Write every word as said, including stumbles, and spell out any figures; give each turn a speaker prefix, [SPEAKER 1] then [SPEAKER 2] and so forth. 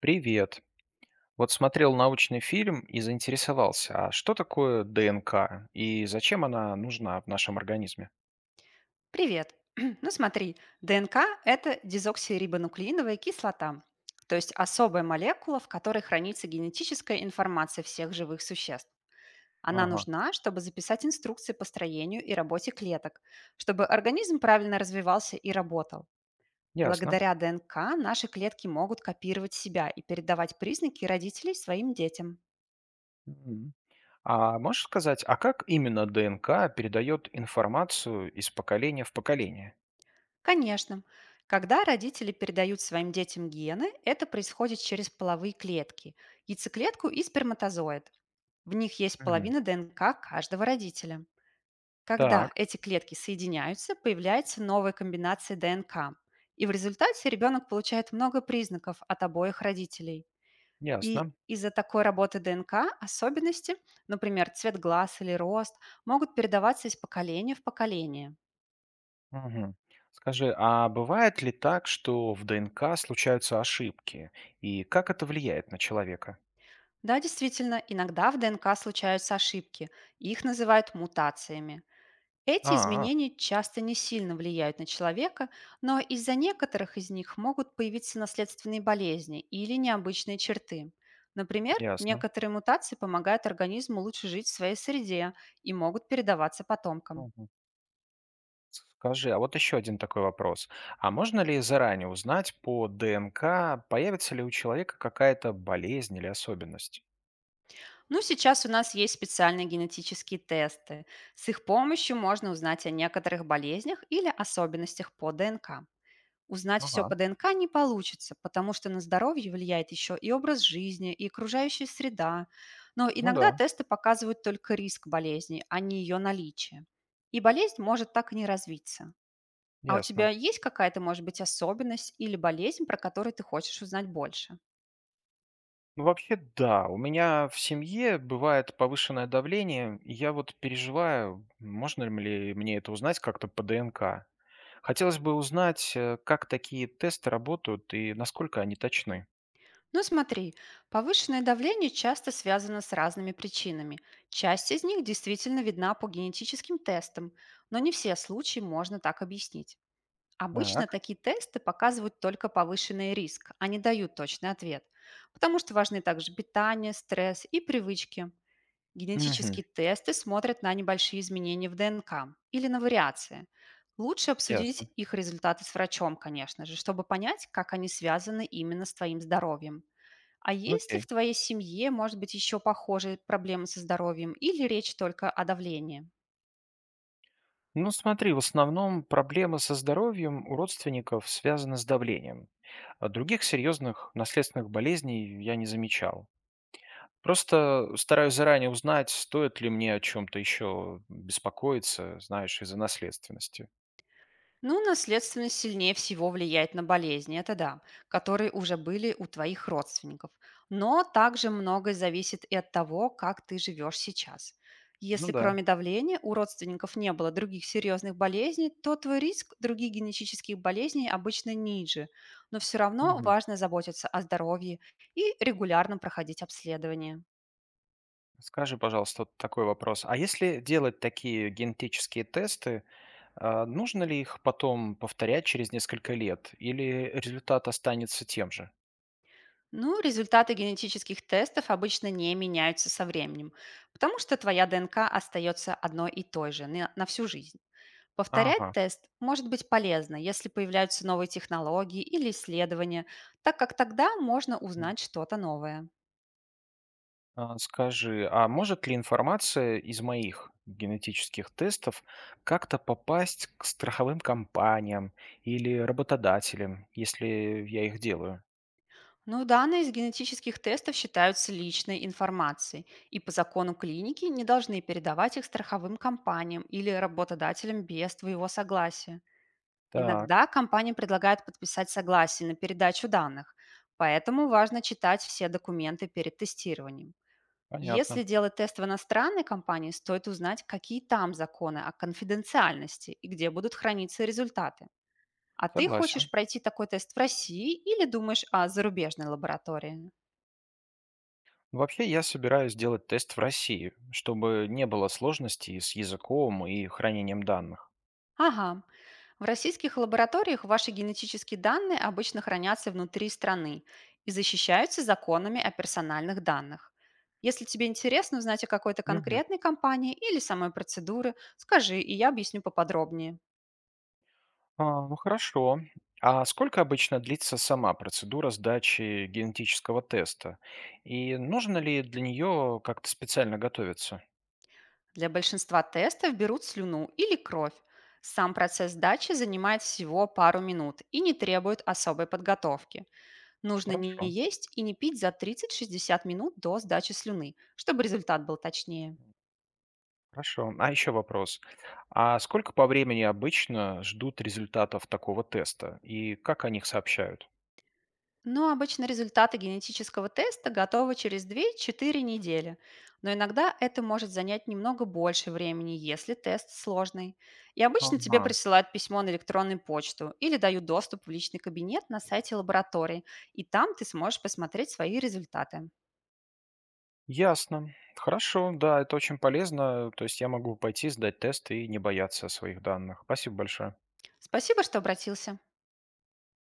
[SPEAKER 1] Привет. Вот смотрел научный фильм и заинтересовался, а что такое ДНК и зачем она нужна в нашем организме?
[SPEAKER 2] Привет. Ну смотри, ДНК– это дезоксирибонуклеиновая кислота, то есть особая молекула, в которой хранится генетическая информация всех живых существ. Она
[SPEAKER 1] Ага,
[SPEAKER 2] нужна, чтобы записать инструкции по строению и работе клеток, чтобы организм правильно развивался и работал.
[SPEAKER 1] ясно.
[SPEAKER 2] Благодаря ДНК наши клетки могут копировать себя и передавать признаки родителей своим детям.
[SPEAKER 1] Мгм. А можешь сказать, а как именно ДНК передает информацию из поколения в поколение?
[SPEAKER 2] Конечно. Когда родители передают своим детям гены, это происходит через половые клетки– яйцеклетку и сперматозоид. В них есть
[SPEAKER 1] Мгм.
[SPEAKER 2] половина ДНК каждого родителя. Когда
[SPEAKER 1] Так,
[SPEAKER 2] эти клетки соединяются, появляется новая комбинация ДНК. И в результате ребенок получает много признаков от обоих родителей. И
[SPEAKER 1] ясно.
[SPEAKER 2] из-за такой работы ДНК особенности, например, цвет глаз или рост, могут передаваться из поколения в поколение.
[SPEAKER 1] Мгм. Скажи, а бывает ли так, что в ДНК случаются ошибки? И как это влияет на человека?
[SPEAKER 2] Да, действительно, иногда в ДНК случаются ошибки, их называют мутациями. Эти
[SPEAKER 1] А,
[SPEAKER 2] изменения часто не сильно влияют на человека, но из-за некоторых из них могут появиться наследственные болезни или необычные черты. Например,
[SPEAKER 1] ясно.
[SPEAKER 2] некоторые мутации помогают организму лучше жить в своей среде и могут передаваться потомкам.
[SPEAKER 1] Скажи, а вот еще один такой вопрос. А можно ли заранее узнать по ДНК, появится ли у человека какая-то болезнь или особенность?
[SPEAKER 2] Ну, сейчас у нас есть специальные генетические тесты. С их помощью можно узнать о некоторых болезнях или особенностях по ДНК. Узнать все по
[SPEAKER 1] Ага,
[SPEAKER 2] ДНК не получится, потому что на здоровье влияет еще и образ жизни, и окружающая среда. Но
[SPEAKER 1] ну
[SPEAKER 2] иногда
[SPEAKER 1] да,
[SPEAKER 2] тесты показывают только риск болезни, а не ее наличие. И болезнь может так и не развиться. А у
[SPEAKER 1] ясно.
[SPEAKER 2] тебя есть какая-то, может быть, особенность или болезнь, про которую ты хочешь узнать больше?
[SPEAKER 1] Ну вообще да, у меня в семье бывает повышенное давление, и я вот переживаю, можно ли мне это узнать как-то по ДНК. Хотелось бы узнать, э, как такие тесты работают и насколько они точны.
[SPEAKER 2] Ну смотри, повышенное давление часто связано с разными причинами. Часть из них действительно видна по генетическим тестам, но не все случаи можно так объяснить. Обычно
[SPEAKER 1] Так,
[SPEAKER 2] такие тесты показывают только повышенный риск, а не дают точный ответ, потому что важны также питание, стресс и привычки.
[SPEAKER 1] мгм,
[SPEAKER 2] Генетические тесты смотрят на небольшие изменения в ДНК или на вариации. Лучше
[SPEAKER 1] ясно,
[SPEAKER 2] обсудить их результаты с врачом, конечно же, чтобы понять, как они связаны именно с твоим здоровьем. А есть ли
[SPEAKER 1] окей.
[SPEAKER 2] в твоей семье, может быть, еще похожие проблемы со здоровьем или речь только о давлении?
[SPEAKER 1] Ну, смотри, в основном проблемы со здоровьем у родственников связаны с давлением. А Других серьезных наследственных болезней я не замечал. Просто стараюсь заранее узнать, стоит ли мне о чем-то еще беспокоиться, знаешь, из-за наследственности.
[SPEAKER 2] Ну, наследственность сильнее всего влияет на болезни, это да, которые уже были у твоих родственников. Но также многое зависит и от того, как ты живешь сейчас.
[SPEAKER 1] Ну
[SPEAKER 2] Если
[SPEAKER 1] да.
[SPEAKER 2] кроме давления у родственников не было других серьезных болезней, то твой риск других генетических болезней обычно ниже. Но все равно
[SPEAKER 1] Мгм.
[SPEAKER 2] важно заботиться о здоровье и регулярно проходить обследование.
[SPEAKER 1] Скажи, пожалуйста, вот такой вопрос. А если делать такие генетические тесты, а, нужно ли их потом повторять через несколько лет, или результат останется тем же?
[SPEAKER 2] Ну, результаты генетических тестов обычно не меняются со временем, потому что твоя ДНК остается одной и той же на, на всю жизнь.
[SPEAKER 1] Ага.
[SPEAKER 2] Повторять тест может быть полезно, если появляются новые технологии или исследования, так как тогда можно узнать что-то новое.
[SPEAKER 1] А, скажи, а может ли информация из моих генетических тестов как-то попасть к страховым компаниям или работодателям, если я их делаю?
[SPEAKER 2] Ну да. Но данные из генетических тестов считаются личной информацией, и по закону клиники не должны передавать их страховым компаниям или работодателям без твоего согласия.
[SPEAKER 1] Так,
[SPEAKER 2] Иногда компания предлагает подписать согласие на передачу данных, поэтому важно читать все документы перед тестированием.
[SPEAKER 1] понятно.
[SPEAKER 2] Если делать тест в иностранной компании, стоит узнать, какие там законы о конфиденциальности и где будут храниться результаты. А ты
[SPEAKER 1] Согласен.
[SPEAKER 2] хочешь пройти такой тест в России или думаешь о зарубежной лаборатории?
[SPEAKER 1] Вообще, я собираюсь делать тест в России, чтобы не было сложностей с языком и хранением данных.
[SPEAKER 2] Ага. В российских лабораториях ваши генетические данные обычно хранятся внутри страны и защищаются законами о персональных данных. Если тебе интересно узнать о какой-то
[SPEAKER 1] Мгм.
[SPEAKER 2] конкретной компании или самой процедуре, скажи, и я объясню поподробнее.
[SPEAKER 1] А, ну хорошо. А сколько обычно длится сама процедура сдачи генетического теста? И нужно ли для нее как-то специально готовиться?
[SPEAKER 2] Для большинства тестов берут слюну или кровь. Сам процесс сдачи занимает всего пару минут и не требует особой подготовки. Нужно
[SPEAKER 1] Хорошо,
[SPEAKER 2] не есть и не пить за тридцать-шестьдесят минут до сдачи слюны, чтобы результат был точнее.
[SPEAKER 1] хорошо. А еще вопрос. А сколько по времени обычно ждут результатов такого теста? И как о них сообщают?
[SPEAKER 2] Но обычно результаты генетического теста готовы через две-четыре недели, но иногда это может занять немного больше времени, если тест сложный. И обычно тебе
[SPEAKER 1] Ага,
[SPEAKER 2] присылают письмо на электронную почту или дают доступ в личный кабинет на сайте лаборатории, и там ты сможешь посмотреть свои результаты.
[SPEAKER 1] ясно. Хорошо, да, это очень полезно. То есть я могу пойти сдать тест и не бояться своих данных. Спасибо большое.
[SPEAKER 2] Спасибо, что обратился.